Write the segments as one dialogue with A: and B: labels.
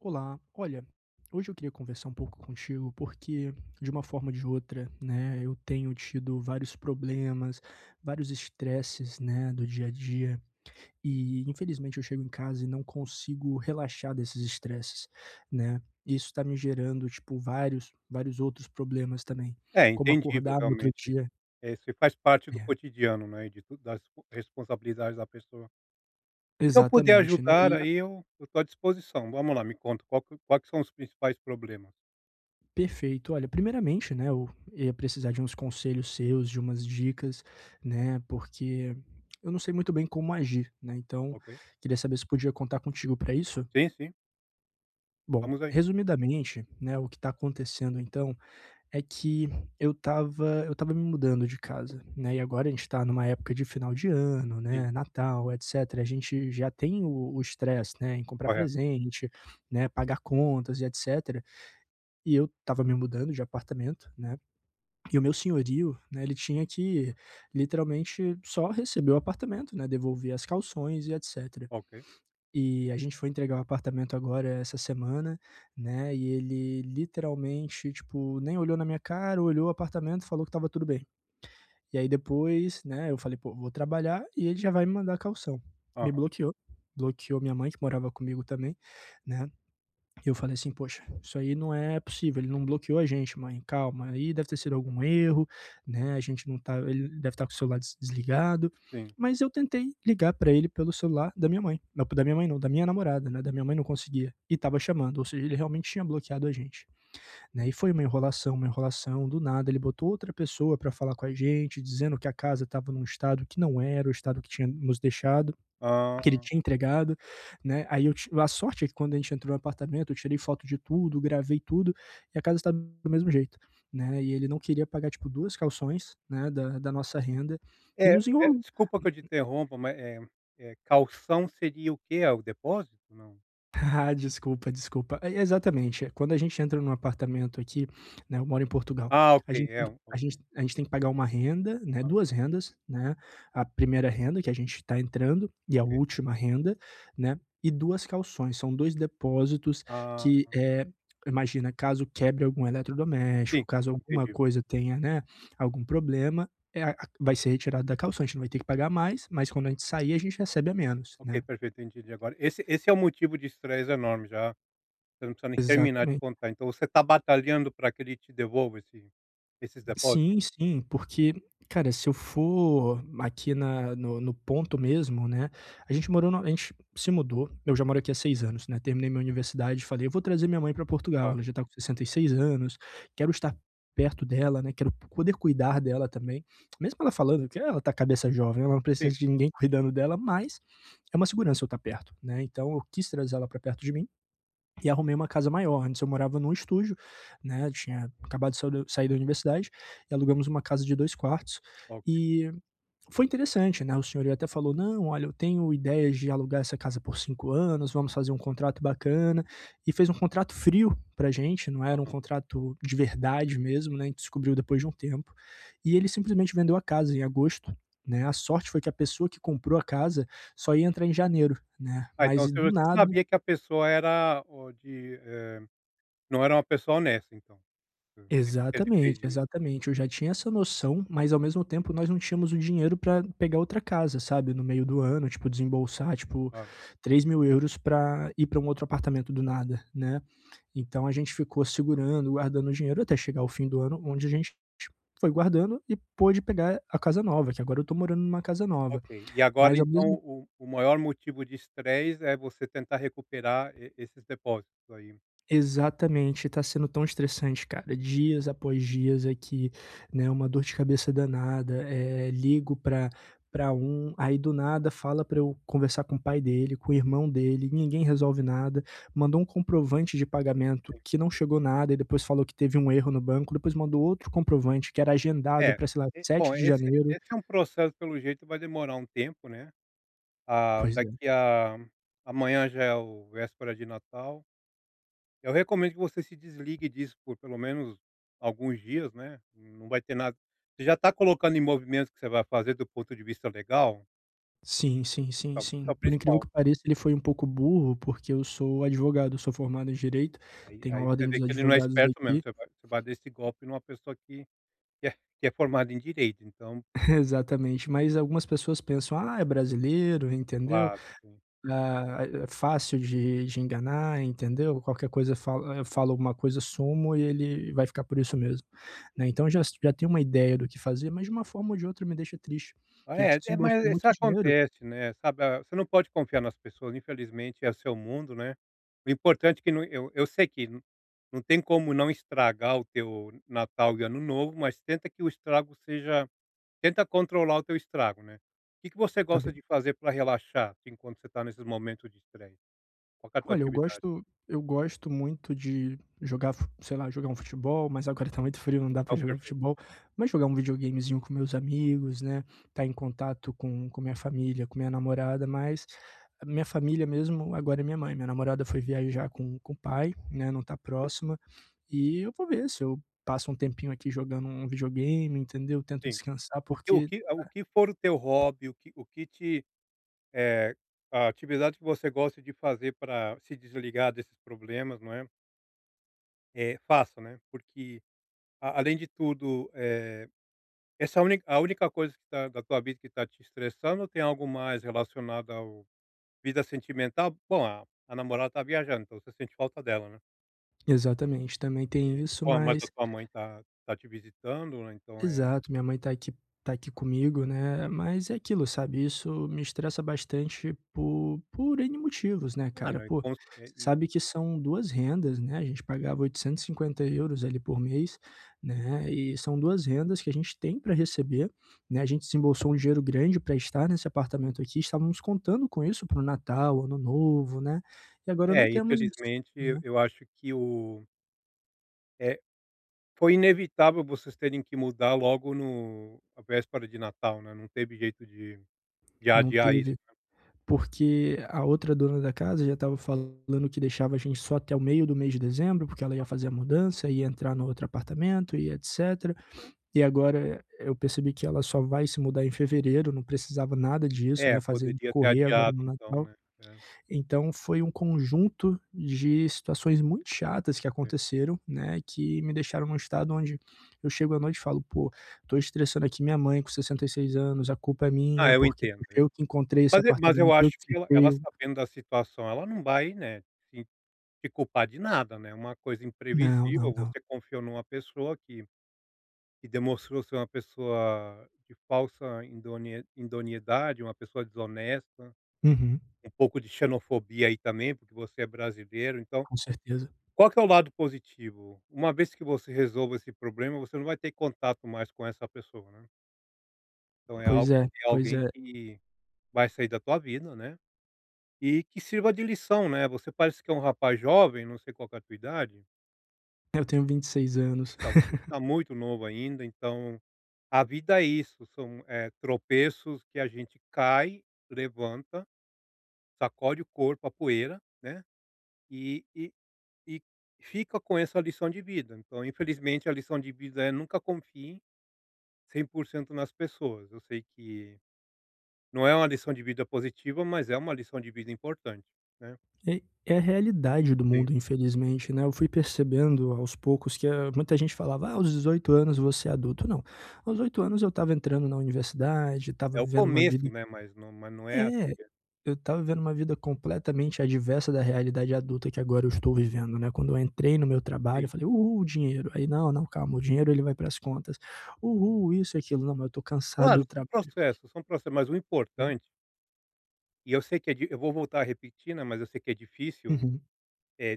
A: Olá, olha, hoje eu queria conversar um pouco contigo porque, de uma forma ou de outra, né, eu tenho tido vários problemas, vários estresses, né, do dia a dia e, infelizmente, eu chego em casa e não consigo relaxar desses estresses, né. Isso tá me gerando, tipo, vários outros problemas também,
B: É
A: como
B: entendível,
A: acordar no outro
B: realmente.
A: dia.
B: Se faz parte do
A: É,
B: cotidiano, né, e de tu das responsabilidades da pessoa. O que eu puder
A: exatamente, né.
B: ajudar, aí eu tô à disposição. Vamos lá, me conta qual que quais que são os principais problemas?
A: Perfeito. Olha, primeiramente, né, eu ia precisar de uns conselhos seus, de umas dicas, né, porque eu não sei muito bem como agir, né, então
B: Ok.
A: queria saber se podia contar contigo para isso.
B: Sim, sim,
A: Bom,
B: vamos aí.
A: resumidamente, né, o que está acontecendo então é que eu tava me mudando de casa, né, e agora a gente está numa época de final de ano, né,
B: Sim,
A: Natal, etc. A gente já tem o estresse, né, em comprar
B: correto.
A: presente, né, pagar contas e etc. E eu tava me mudando de apartamento, né, e o meu senhorio, né, ele tinha que literalmente só receber o apartamento, né, devolver as calções e etcétera.
B: Ok.
A: E a gente foi entregar o apartamento agora essa semana, né, e ele literalmente, tipo, nem olhou na minha cara, olhou o apartamento, falou que tava tudo bem. E aí depois, né, eu falei: "Pô, vou trabalhar", e ele já vai me mandar a calção.
B: Aham,
A: Me bloqueou, bloqueou minha mãe que morava comigo também, né. Eu falei assim: "Poxa, isso aí não é possível, ele não bloqueou a gente mãe, calma, aí deve ter sido algum erro, né, a gente não tá ele deve estar com o celular desligado".
B: sim.
A: Mas eu tentei ligar para ele pelo celular da minha mãe, não, da minha mãe não, da minha namorada, né, da minha mãe não conseguia, e tava chamando, ou seja, ele realmente tinha bloqueado a gente, né, e foi uma enrolação, do nada ele botou outra pessoa para falar com a gente, dizendo que a casa estava num estado que não era o estado que tinha nos deixado, que
B: Hã,
A: ele tinha entregado, né, aí eu ti a sorte é que quando a gente entrou no apartamento, eu tirei foto de tudo, gravei tudo, e a casa estava do mesmo jeito, né, e ele não queria pagar, tipo, 2 calções, né, da nossa renda, e
B: é
A: nos enrolou.
B: desculpa que eu te interrompa, mas, calção seria o quê? É o depósito? Não.
A: Ah, desculpa, desculpa. É, exatamente. Quando a gente entra num apartamento aqui, né, eu moro em Portugal,
B: Ah, ok,
A: a gente tem que a gente a gente tem que pagar uma renda, né, 2 rendas, né, a primeira renda que a gente está entrando e a
B: ok.
A: última renda, né, e 2 calções são 2 depósitos
B: Ah,
A: que, imagina, caso quebre algum eletrodoméstico,
B: sim,
A: caso alguma
B: entendi.
A: coisa tenha, né, algum problema, é a vai ser retirado da calção a gente não vai ter que pagar mais, mas quando a gente sair a gente recebe a menos,
B: Ok,
A: né.
B: perfeito, entendi agora. Esse é um motivo de estresse enorme já. Você não precisa nem terminar de
A: Exatamente.
B: contar. Então você está batalhando para que ele te devolva esses
A: Sim,
B: depósitos?
A: sim, porque, cara, se eu for aqui na no no ponto mesmo, né, a gente se mudou, eu já moro aqui há 6 anos, né, terminei minha universidade, falei: "Eu vou trazer minha mãe para Portugal,
B: Claro.
A: ela já tá com 66 anos, quero estar perto dela, né, quero poder cuidar dela também", mesmo ela falando que ela tá cabeça jovem, ela não
B: Sim,
A: precisa de ninguém cuidando dela, mas é uma segurança eu estar perto, né, então eu quis trazer ela para perto de mim e arrumei uma casa maior. Antes eu morava num estúdio, né? Tinha acabado de sair da universidade e alugamos uma casa de dois quartos.
B: ok.
A: E foi interessante, né? O senhor até falou: não, olha, eu tenho ideias de alugar essa casa por 5 anos, vamos fazer um contrato bacana. E fez um contrato frio pra gente, não era um
B: Aham.
A: contrato de verdade mesmo, né? A gente descobriu depois de um tempo. E ele simplesmente vendeu a casa em agosto. Né? A sorte foi que a pessoa que comprou a casa só ia entrar em janeiro, né?
B: Ah, então
A: Mas
B: se
A: do
B: você
A: nada.
B: sabia que a pessoa era não era uma pessoa honesta então, se ele
A: Exatamente,
B: fez isso,
A: exatamente. Eu já tinha essa noção, mas ao mesmo tempo nós não tínhamos o dinheiro para pegar outra casa, sabe, no meio do ano, tipo, desembolsar, tipo,
B: claro.
A: 3.000 euros para ir para um outro apartamento do nada, né. Então a gente ficou segurando, guardando o dinheiro até chegar ao fim do ano, onde a gente foi guardando e pôde pegar a casa nova, que agora eu tô morando numa casa nova.
B: Ok. E agora
A: Mas ao
B: então
A: mesmo
B: o maior motivo de estresse é você tentar recuperar e esses depósitos aí.
A: Exatamente, tá sendo tão estressante, cara, dias após dias aqui, né, uma dor de cabeça danada, ligo pra um, aí do nada fala pra eu conversar com o pai dele, com o irmão dele, ninguém resolve nada, mandou um comprovante de pagamento que não chegou nada e depois falou que teve um erro no banco, depois mandou outro comprovante que era agendado
B: É,
A: pra, sei lá,
B: e bom,
A: 7 de
B: esse
A: janeiro.
B: esse é um processo, pelo jeito, vai demorar um tempo, né. Ah,
A: Pois é.
B: daqui a amanhã já é o véspera de Natal. Eu recomendo que você se desligue disso por pelo menos alguns dias, né. Não vai ter nada você já está colocando em movimento o que você vai fazer do ponto de vista legal?
A: Sim, sim, sim,
B: Então, isso
A: sim.
B: é o
A: Por incrível
B: principal.
A: que pareça, ele foi um pouco burro, porque eu sou advogado, sou formado em direito,
B: É, Aí
A: tenho a
B: aí você
A: ordem
B: vê
A: dos
B: que ele não é
A: advogados
B: esperto mesmo,
A: daqui.
B: você vai dar esse golpe numa pessoa que é que é formada em direito, então,
A: Exatamente, mas algumas pessoas pensam: "Ah, é brasileiro, entendeu?
B: claro.
A: Ah, é fácil de enganar, entendeu? Qualquer coisa fala eu falo alguma coisa, sumo e ele vai ficar por isso mesmo", né, então já tenho uma ideia do que fazer, mas de uma forma ou de outra me deixa triste, que a
B: É,
A: gente
B: é,
A: desembolsou
B: mas isso
A: muito dinheiro,
B: acontece, né, sabe, ah, você não pode confiar nas pessoas, infelizmente é o seu mundo, né. O importante é que não eu eu sei que não tem como não estragar o teu Natal e Ano Novo, mas tenta controlar o teu estrago, né. O que você
A: tá
B: gosta
A: bem.
B: de fazer para relaxar, assim, quando você está nesses momentos de estresse? Qual que é a tua
A: Olha, eu
B: atividade?
A: gosto eu gosto muito de jogar fu sei lá, jogar um futebol, mas agora tá muito frio, não dá pra
B: Então
A: jogar
B: perfeito,
A: futebol, mas jogar um videogamezinho com meus amigos, né, tá em contato com minha família, com minha namorada, mas a minha família mesmo agora é minha mãe. Minha namorada foi viajar com o pai, né, não tá próxima, e eu vou ver se eu passo um tempinho aqui jogando um videogame, entendeu, tento
B: sim.
A: descansar,
B: O que o
A: porque
B: que o que for o teu hobby, o que te Eh, a atividade que você gosta de fazer para se desligar desses problemas, não é, faça, né, porque a além de tudo, essa única a única coisa que tá da tua vida que está te estressando ou tem algo mais relacionado ao vida sentimental? Bom, a namorada tá viajando, então você sente falta dela, né.
A: exatamente, também tem isso,
B: Bom, mas a
A: mas.
B: tua mãe tá te visitando, né, então,
A: Exato, minha mãe tá aqui comigo, né, mas é aquilo, sabe, isso me estressa bastante por N motivos, né, cara.
B: não, e
A: Pô,
B: cons eh,
A: você
B: e
A: sabe que são 2 rendas, né, a gente pagava €850 ali por mês, né, e são 2 rendas que a gente tem para receber, né, a gente desembolsou um dinheiro grande para estar nesse apartamento aqui, estávamos contando com isso para o Natal, Ano Novo, né, e agora não
B: é,
A: temos isso,
B: infelizmente eu
A: né.
B: eu acho que o é foi inevitável vocês terem que mudar logo no a véspera de Natal, né, não teve jeito de
A: Não
B: adiar isso.
A: teve porque a outra dona da casa já estava falando que deixava a gente só até o meio do mês de dezembro, porque ela ia fazer a mudança, ia entrar no outro apartamento e etc. E agora eu percebi que ela só vai se mudar em fevereiro, não precisava nada disso,
B: É,
A: né, fazer
B: poderia ter
A: correr agora
B: adiado
A: no
B: então,
A: Natal.
B: né. É,
A: Então foi um conjunto de situações muito chatas que
B: sim.
A: aconteceram, né, que me deixaram num estado onde eu chego à noite e falo: "Pô, tô estressando aqui minha mãe com 66 anos, a culpa é
B: Ah,
A: minha,
B: eu
A: porque
B: entendo, eu en
A: eu que encontrei esse
B: mas mas eu
A: apartamento, eu
B: acho que
A: que fiquei".
B: ela sabendo da situação, ela não vai, né, te te culpar de nada, né, é uma coisa
A: Não, não,
B: imprevisível,
A: não.
B: você confiou numa pessoa que demonstrou ser uma pessoa de falsa indone indoniedade, uma pessoa desonesta,
A: Uhum,
B: um pouco de xenofobia aí também, porque você é brasileiro, então
A: com certeza.
B: qual que é o lado positivo? Uma vez que você resolva esse problema, você não vai ter contato mais com essa pessoa, né. Então é
A: Pois
B: algo
A: é, pois
B: alguém
A: é.
B: que vai sair da tua vida, né, e que sirva de lição, né. Você parece que é um rapaz jovem, não sei qual que é a tua idade,
A: Eu tenho 26 anos.
B: então você está muito novo ainda, então a vida é isso, são, tropeços que a gente cai, levanta, sacode o corpo, a poeira, né, e e e fica com essa lição de vida. Então infelizmente a lição de vida é nunca confie 100% nas pessoas. Eu sei que não é uma lição de vida positiva, mas é uma lição de vida importante, né.
A: É é a realidade do
B: Sim,
A: mundo, infelizmente, né. Eu fui percebendo aos poucos que, muita gente falava: "Ah, aos 18 anos você é adulto". Não, aos 8 anos eu estava entrando na universidade, estava
B: é o
A: vivendo uma vida.
B: começo, né, mas não é assim,
A: é,
B: é
A: eu estava vivendo uma vida completamente adversa da realidade adulta que agora eu estou vivendo, né. Quando eu entrei no meu trabalho, eu
B: sim.
A: falei: "Uhul, dinheiro". Aí: "Não, não, calma, o dinheiro ele vai para as contas". "Uhul, isso e aquilo". Não, mas eu estou cansado
B: Claro,
A: do trabalho, né.
B: são processos, mas o importante eu sei que é di eu vou voltar a repetir, né, mas eu sei que é difícil,
A: Uhum.
B: eh,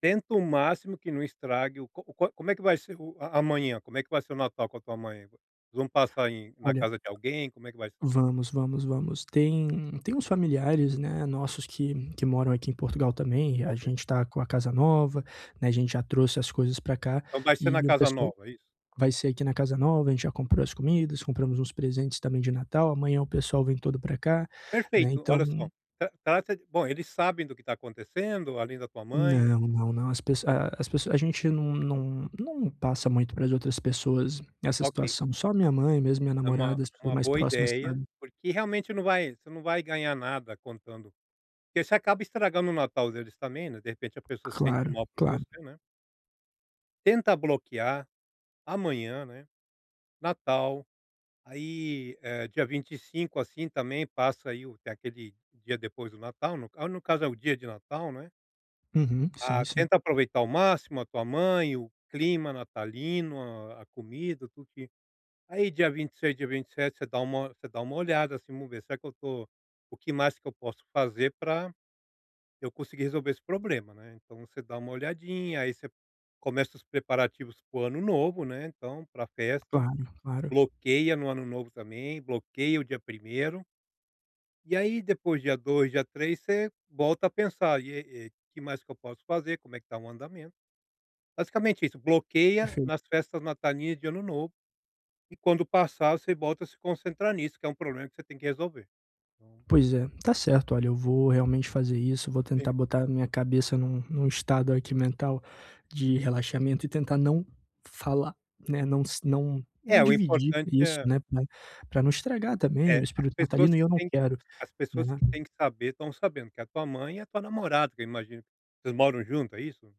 B: tenta o máximo que não estrague o co co como é que vai ser o a amanhã? Como é que vai ser o Natal com a tua mãe? Vocês vão passar em na
A: Olha,
B: casa de alguém? Como é que vai ser?
A: vamos, vamos, vamos. Tem uns familiares, né, nossos que moram aqui em Portugal também, e a
B: Ok.
A: gente tá com a casa nova, né, a gente já trouxe as coisas pra cá,
B: Então vai ser na
A: e o
B: casa
A: pessoal
B: nova, é isso?
A: vai ser aqui na casa nova, a gente já comprou as comidas, compramos uns presentes também de Natal, amanhã o pessoal vem todo pra cá, né,
B: Perfeito,
A: então
B: olha só, trata de bom, eles sabem do que está acontecendo, além da tua mãe,
A: não, não, não, as pessoas, a as pesso a gente não passa muito para as outras pessoas essa
B: ok,
A: situação, só minha mãe mesmo, minha
B: é
A: namorada, as pessoas
B: uma
A: mais
B: boa
A: próximas,
B: ideia,
A: sabe.
B: porque realmente não vai você não vai ganhar nada contando, porque você acaba estragando o Natal deles também, né, de repente a pessoa se sente
A: Claro,
B: mal por
A: claro.
B: você, né. Tenta bloquear amanhã, né, Natal, aí, dia 25 assim, também passa aí o tem aquele dia depois do Natal, no caso é o dia de Natal, né.
A: Uhum. Sim,
B: Ah,
A: sim.
B: tenta aproveitar ao máximo a tua mãe, o clima natalino, a comida, tudo que aí dia 26, dia 27, você dá uma olhada, assim, vamos ver, será que eu tô o que mais que eu posso fazer para eu conseguir resolver esse problema, né. Então você dá uma olhadinha, aí você começa os preparativos para o ano novo, né, então pra festa,
A: Claro, claro.
B: bloqueia no ano novo também, bloqueia o dia primeiro e aí depois dia 2, dia 3 você volta a pensar: "E que mais que eu posso fazer, como é que tá o andamento". Basicamente isso, bloqueia
A: Perfeito.
B: nas festas natalinas de ano novo, e quando passar você volta a se concentrar nisso, que é um problema que você tem que resolver. Então,
A: Pois é, tá certo. Olha, eu vou realmente fazer isso, vou
B: sim.
A: tentar botar a minha cabeça num estado aqui mental de relaxamento e tentar não falar, né, não s não não
B: é o
A: dividir
B: importante
A: isso,
B: é
A: né, pra não estragar
B: é
A: também o
B: as
A: espírito
B: pessoas
A: natalino e
B: que
A: eu não
B: têm
A: quero, né.
B: que saber, estão sabendo, que é a tua mãe e a tua namorada, que eu imagino que vocês moram junto, é isso?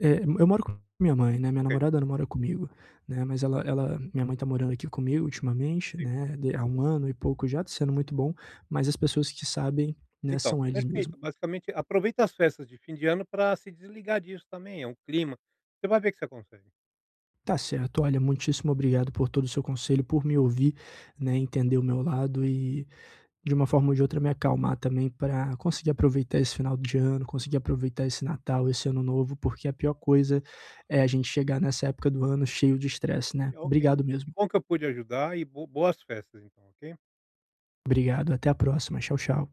A: Eu moro com minha mãe, né, minha
B: Ok,
A: namorada não mora comigo, né, mas ela ela minha mãe tá morando aqui comigo ultimamente,
B: sim.
A: né, de há um ano e pouco já, tá sendo muito bom, mas as pessoas que sabem, né,
B: Então,
A: são eles
B: perfeito,
A: mesmos.
B: basicamente aproveita as festas de fim de ano para se desligar disso também, é um clima, você vai ver que você consegue.
A: Tá certo. Olha, muitíssimo obrigado por todo o seu conselho, por me ouvir, né, entender o meu lado e, de uma forma ou de outra, me acalmar também para conseguir aproveitar esse final de ano, conseguir aproveitar esse Natal, esse Ano Novo, porque a pior coisa é a gente chegar nessa época do ano cheio de estresse, né?
B: É, ok,
A: Obrigado mesmo.
B: que bom que eu pude ajudar e bo boas festas então, ok?
A: Obrigado. Até a próxima. Tchau, tchau.